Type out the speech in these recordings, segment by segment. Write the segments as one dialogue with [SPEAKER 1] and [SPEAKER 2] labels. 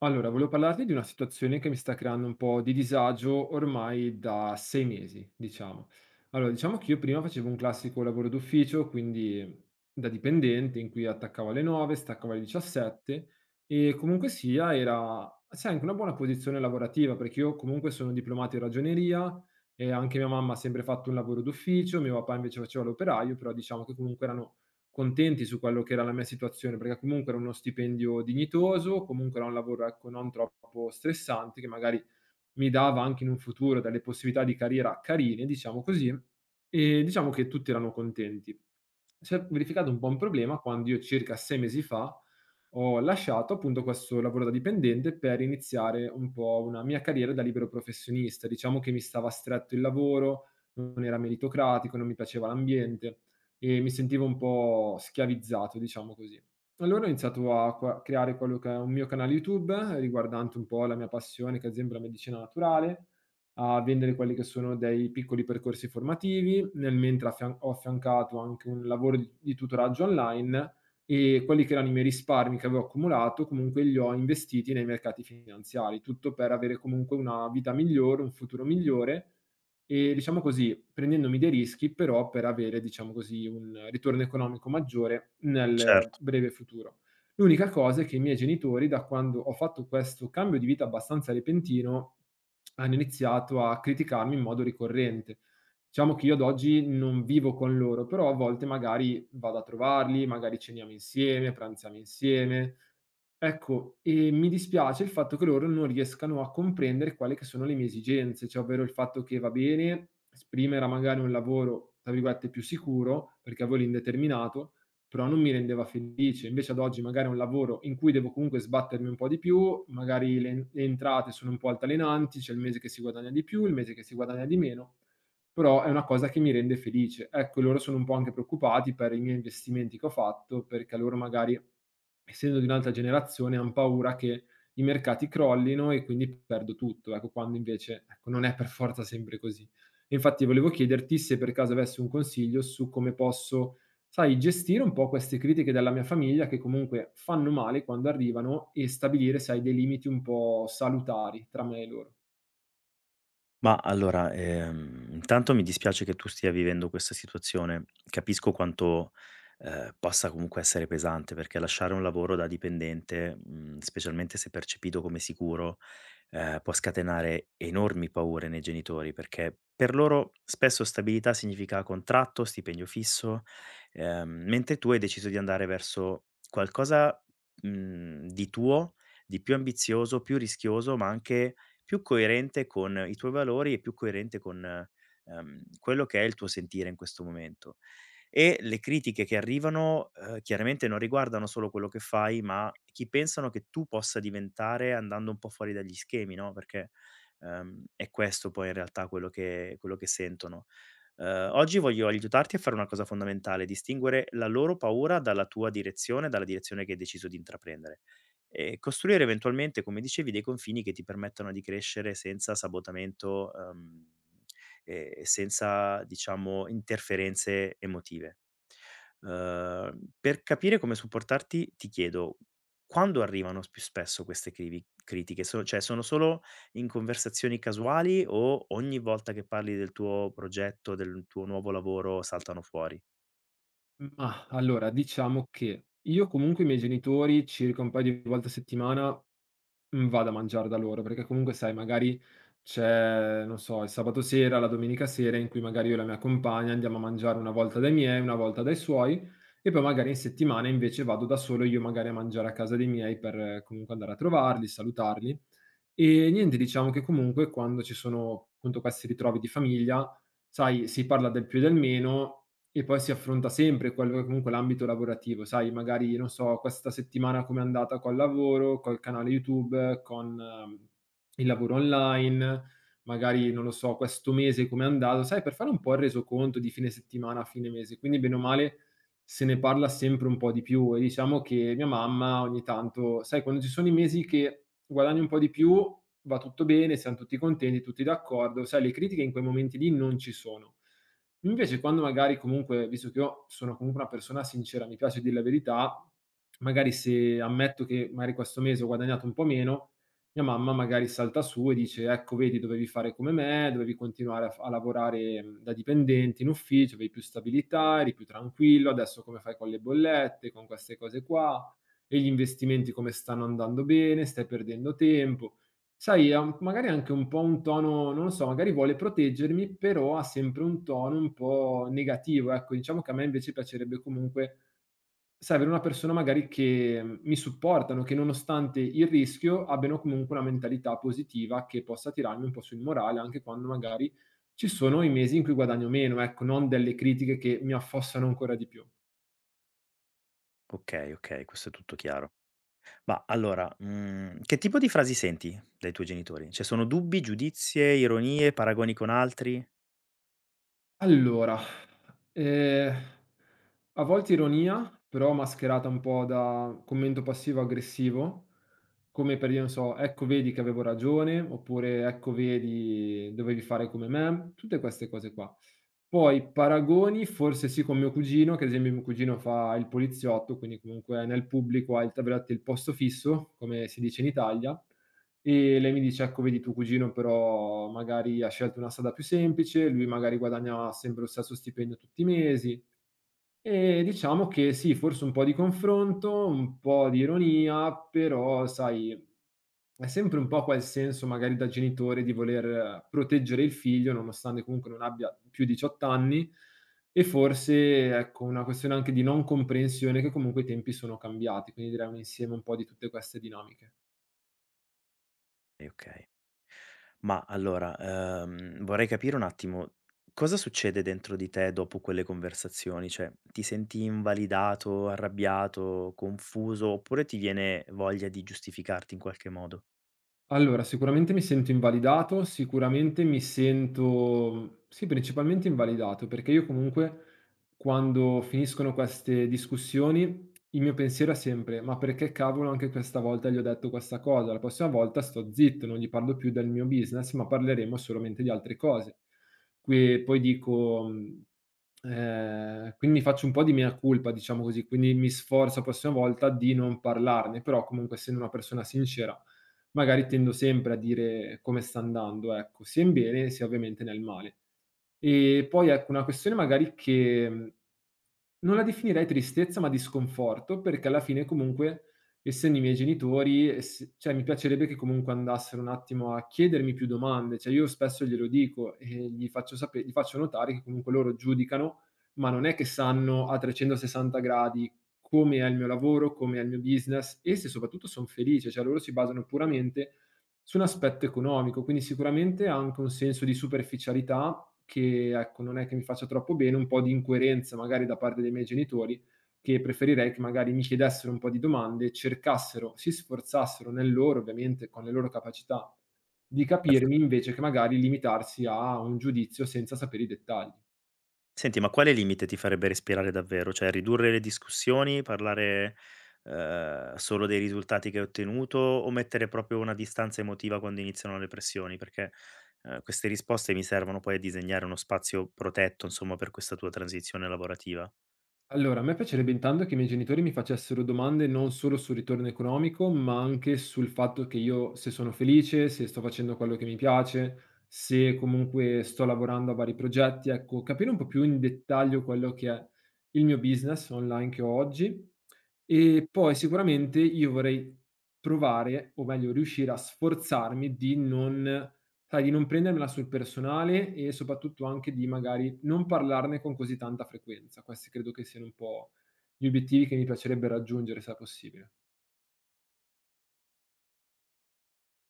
[SPEAKER 1] Allora, volevo parlarti di una situazione che mi sta creando un po' di disagio ormai da 6 mesi, diciamo. Allora, diciamo che io prima facevo un classico lavoro d'ufficio, quindi da dipendente, in cui attaccavo alle 9, staccavo alle 17 e comunque sia era, sai, anche una buona posizione lavorativa, perché io comunque sono diplomato in ragioneria e anche mia mamma ha sempre fatto un lavoro d'ufficio, mio papà invece faceva l'operaio, però diciamo che comunque erano contenti su quello che era la mia situazione, perché comunque era uno stipendio dignitoso, comunque era un lavoro, ecco, non troppo stressante, che magari mi dava anche in un futuro delle possibilità di carriera carine, diciamo così, e diciamo che tutti erano contenti. Si è verificato un po' un problema quando io circa 6 mesi fa ho lasciato appunto questo lavoro da dipendente per iniziare un po' una mia carriera da libero professionista. Diciamo che mi stava stretto il lavoro, non era meritocratico, non mi piaceva l'ambiente e mi sentivo un po' schiavizzato, diciamo così. Allora ho iniziato a qua creare quello che è un mio canale YouTube, riguardante un po' la mia passione, che è ad esempio è la medicina naturale, a vendere quelli che sono dei piccoli percorsi formativi, nel mentre ho affiancato anche un lavoro di tutoraggio online e quelli che erano i miei risparmi che avevo accumulato, comunque li ho investiti nei mercati finanziari, tutto per avere comunque una vita migliore, un futuro migliore e diciamo così, prendendomi dei rischi, però per avere, diciamo così, un ritorno economico maggiore nel
[SPEAKER 2] Certo,
[SPEAKER 1] breve futuro. L'unica cosa è che i miei genitori, da quando ho fatto questo cambio di vita abbastanza repentino, hanno iniziato a criticarmi in modo ricorrente. Diciamo che io ad oggi non vivo con loro, però a volte magari vado a trovarli, magari ceniamo insieme, pranziamo insieme. Ecco, mi dispiace il fatto che loro non riescano a comprendere quali che sono le mie esigenze, cioè ovvero il fatto che va bene esprimere magari un lavoro, tra virgolette, "più sicuro", perché avevo l'indeterminato, però non mi rendeva felice. Invece ad oggi magari è un lavoro in cui devo comunque sbattermi un po' di più, magari le entrate sono un po' altalenanti, c'è il mese che si guadagna di più, il mese che si guadagna di meno, però è una cosa che mi rende felice. Ecco, loro sono un po' anche preoccupati per i miei investimenti che ho fatto, perché loro magari essendo di un'altra generazione, han paura che i mercati crollino e quindi perdo tutto, ecco, quando invece, ecco, non è per forza sempre così. E infatti volevo chiederti se per caso avessi un consiglio su come posso, sai, gestire un po' queste critiche dalla mia famiglia che comunque fanno male quando arrivano e stabilire, sai, dei limiti un po' salutari tra me e loro.
[SPEAKER 2] ma allora, intanto mi dispiace che tu stia vivendo questa situazione. Capisco quanto possa comunque essere pesante, perché lasciare un lavoro da dipendente, specialmente se percepito come sicuro, può scatenare enormi paure nei genitori, perché per loro spesso stabilità significa contratto, stipendio fisso, mentre tu hai deciso di andare verso qualcosa di tuo, di più ambizioso, più rischioso, ma anche più coerente con i tuoi valori e più coerente con quello che è il tuo sentire in questo momento. E le critiche che arrivano, chiaramente non riguardano solo quello che fai, ma chi pensano che tu possa diventare andando un po' fuori dagli schemi, no, perché è questo poi in realtà quello che sentono. Oggi voglio aiutarti a fare una cosa fondamentale: distinguere la loro paura dalla tua direzione, dalla direzione che hai deciso di intraprendere. E costruire eventualmente, come dicevi, dei confini che ti permettano di crescere senza sabotamento, e senza, diciamo, interferenze emotive. Per capire come supportarti ti chiedo: quando arrivano s più spesso queste crivi critiche? Cioè sono solo in conversazioni casuali o ogni volta che parli del tuo progetto, del tuo nuovo lavoro saltano fuori?
[SPEAKER 1] Mah, allora diciamo che io comunque i miei genitori circa un paio di volte a settimana vado a mangiare da loro, perché comunque sai magari c'è, non so, il sabato sera, la domenica sera in cui magari io e la mia compagna andiamo a mangiare una volta dai miei, una volta dai suoi e poi magari in settimana invece vado da solo io magari a mangiare a casa dei miei per comunque andare a trovarli, salutarli. E niente, diciamo che comunque quando ci sono appunto questi ritrovi di famiglia, sai, si parla del più e del meno e poi si affronta sempre quello che comunque è comunque l'ambito lavorativo, sai, magari non so, questa settimana com'è andata col lavoro, col canale YouTube, con il lavoro online, magari non lo so, questo mese com'è andato, sai, per fare un po' il resoconto di fine settimana a fine mese. Quindi bene o male se ne parla sempre un po' di più e diciamo che mia mamma ogni tanto sai quando ci sono i mesi che guadagni un po' di più, va tutto bene, siam tutti contenti, tutti d'accordo, sai le critiche in quei momenti lì non ci sono. Invece quando magari comunque, visto che io sono comunque una persona sincera, mi piace dir la verità, magari se ammetto che magari questo mese ho guadagnato un po' meno, mia mamma magari salta su e dice: "Ecco vedi dovevi fare come me, dovevi continuare a lavorare, da dipendente in ufficio, avevi più stabilità, eri più tranquillo, adesso come fai con le bollette, con queste cose qua, e gli investimenti come stanno andando bene, stai perdendo tempo." Sai, ha un magari anche un po' un tono, non lo so, magari vuole proteggermi, però ha sempre un tono un po' negativo, ecco. Diciamo che a me invece piacerebbe comunque serve una persona magari che, mi supportano, che nonostante il rischio abbiano comunque una mentalità positiva che possa tirarmi un po' sul morale anche quando magari ci sono i mesi in cui guadagno meno, ecco, non delle critiche che mi affossano ancora di più.
[SPEAKER 2] Okay, okay, questo è tutto chiaro. Ma allora, che tipo di frasi senti dai tuoi genitori? Cioè sono dubbi, giudizie, ironie, paragoni con altri?
[SPEAKER 1] Allora, ehm, a volte ironia, però mascherata un po' da commento passivo-aggressivo, come per dire, non so: "Ecco vedi che avevo ragione", oppure: "Ecco vedi dovevi fare come me", tutte queste cose qua. Poi paragoni forse sì con mio cugino, che ad esempio mio cugino fa il poliziotto, quindi comunque è nel pubblico hai, tra virgolette, "il posto fisso", come si dice in Italia, e lei mi dice: "Ecco vedi tuo cugino però magari ha scelto una strada più semplice, lui magari guadagna sempre lo stesso stipendio tutti i mesi, e diciamo che sì, forse un po' di confronto, un po' di ironia, però sai, è sempre un po' quel senso magari da genitore di voler proteggere il figlio, nonostante comunque non abbia più 18 anni, e forse ecco una questione anche di non comprensione che comunque i tempi sono cambiati, quindi direi un insieme un po' di tutte queste dinamiche.
[SPEAKER 2] E okay. Ma allora, vorrei capire un attimo cosa succede dentro di te dopo quelle conversazioni? Cioè ti senti invalidato, arrabbiato, confuso oppure ti viene voglia di giustificarti in qualche modo?
[SPEAKER 1] Allora, sicuramente mi sento invalidato, sicuramente mi sento sì, principalmente invalidato, perché io comunque quando finiscono queste discussioni, il mio pensiero è sempre: "Ma perché cavolo anche questa volta gli ho detto questa cosa? La prossima volta sto zitto, non gli parlo più del mio business, ma parleremo solamente di altre cose". Que poi dico, mhmm, quindi faccio un po' di mea culpa, diciamo così, quindi mi sforzo la prossima volta di non parlarne, però comunque essendo una persona sincera magari tendo sempre a dire come sta andando, ecco, sia in bene sia ovviamente nel male. E poi ecco, una questione magari che, non la definirei tristezza, ma di sconforto, perché alla fine comunque essendo i miei genitori, ess cioè mi piacerebbe che comunque andassero un attimo a chiedermi più domande, cioè io spesso glielo dico e gli faccio notare che comunque loro giudicano, ma non è che sanno a 360 gradi come è il mio lavoro, come è il mio business e se soprattutto son felice, cioè loro si basano puramente su un aspetto economico, quindi sicuramente ha anche un senso di superficialità che, ecco, non è che mi faccia troppo bene, un po' di incoerenza magari da parte dei miei genitori, che preferirei che magari mi chiedessero un po' di domande, cercassero si sforzassero nel loro ovviamente, con le loro capacità, di capirmi invece che magari limitarsi a un giudizio senza sapere i dettagli.
[SPEAKER 2] Senti, ma quale limite ti farebbe respirare davvero? Cioè ridurre le discussioni, parlare solo dei risultati che hai ottenuto o mettere proprio una distanza emotiva quando iniziano le pressioni? Perché queste risposte mi servono poi a disegnare uno spazio protetto, insomma, per questa tua transizione lavorativa.
[SPEAKER 1] Allora, a me piacerebbe intanto che i miei genitori mi facessero domande non solo sul ritorno economico, ma anche sul fatto che io se sono felice, se sto facendo quello che mi piace, se comunque sto lavorando a vari progetti, ecco, capire un po' più in dettaglio quello che è il mio business online che ho oggi. E poi sicuramente io vorrei provare, o meglio, riuscire a sforzarmi di non, sai, di non prendermela sul personale e soprattutto anche di magari non parlarne con così tanta frequenza. Questi credo che siano un po' gli obiettivi che mi piacerebbe raggiungere se è possibile.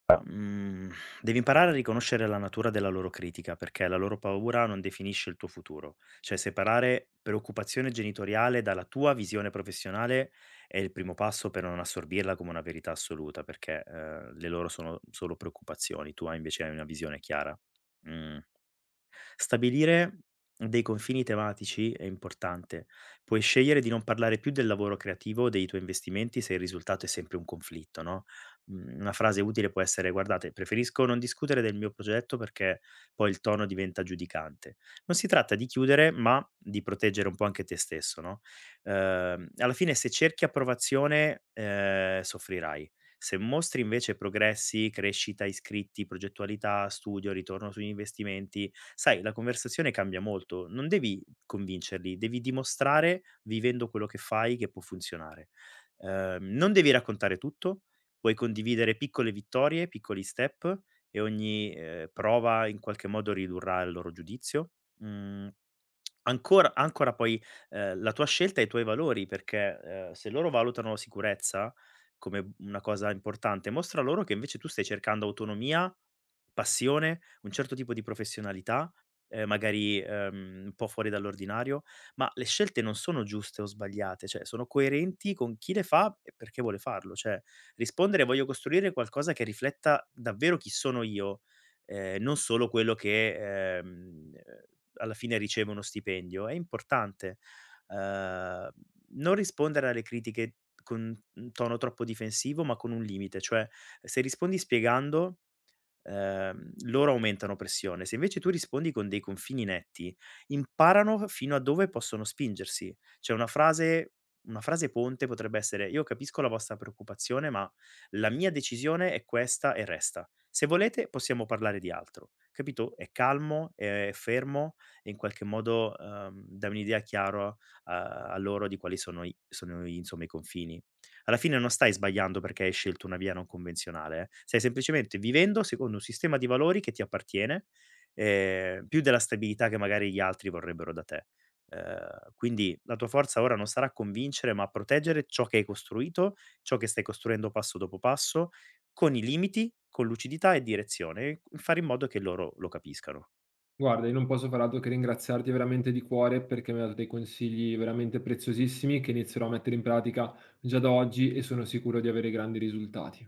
[SPEAKER 2] Allora, devi imparare a riconoscere la natura della loro critica, perché la loro paura non definisce il tuo futuro. Cioè, separare preoccupazione genitoriale dalla tua visione professionale è il primo passo per non assorbirla come una verità assoluta, perché le loro sono solo preoccupazioni, tu hai invece hai una visione chiara. Mh. Stabilire dei confini tematici è importante. Puoi scegliere di non parlare più del lavoro creativo o dei tuoi investimenti se il risultato è sempre un conflitto, no? Mm. Una frase utile può essere: guardate, preferisco non discutere del mio progetto perché poi il tono diventa giudicante. Non si tratta di chiudere, ma di proteggere un po' anche te stesso, no? Alla fine, se cerchi approvazione, soffrirai. Se mostri invece progressi, crescita, iscritti, progettualità, studio, ritorno sugli investimenti, sai la conversazione cambia molto. Non devi convincerli, devi dimostrare vivendo quello che fai che può funzionare. Non devi raccontare tutto, puoi condividere piccole vittorie, piccoli step e ogni prova in qualche modo ridurrà il loro giudizio. Mhmm, ancora poi, la tua scelta e i tuoi valori, perché se loro valutano la sicurezza come una cosa importante, mostra loro che invece tu stai cercando autonomia, passione, un certo tipo di professionalità, magari un po' fuori dall'ordinario, ma le scelte non sono giuste o sbagliate, cioè sono coerenti con chi le fa e perché vuole farlo. Cioè, rispondere: "Voglio costruire qualcosa che rifletta davvero chi sono io, non solo quello che alla fine riceve uno stipendio", è importante. Ehm, Non rispondere alle critiche con un tono troppo difensivo, ma con un limite, cioè se rispondi spiegando, loro aumentano pressione. Se invece tu rispondi con dei confini netti, imparano fino a dove possono spingersi. Cioè una frase ponte potrebbe essere: "Io capisco la vostra preoccupazione, ma la mia decisione è questa e resta. Se volete possiamo parlare di altro." Capito? È calmo, è fermo e in qualche modo, dà un'idea chiaro a loro di quali sono i insomma i confini. Alla fine non stai sbagliando perché hai scelto una via non convenzionale, eh. Stai semplicemente vivendo secondo un sistema di valori che ti appartiene, più della stabilità che magari gli altri vorrebbero da te. Quindi la tua forza ora non sarà convincere, ma proteggere ciò che hai costruito, ciò che stai costruendo passo dopo passo, con i limiti, con lucidità e direzione, e fare in modo che loro lo capiscano.
[SPEAKER 1] Guarda, io non posso far altro che ringraziarti veramente di cuore perché mi hai dato dei consigli veramente preziosissimi che inizierò a mettere in pratica già da oggi e sono sicuro di avere grandi risultati.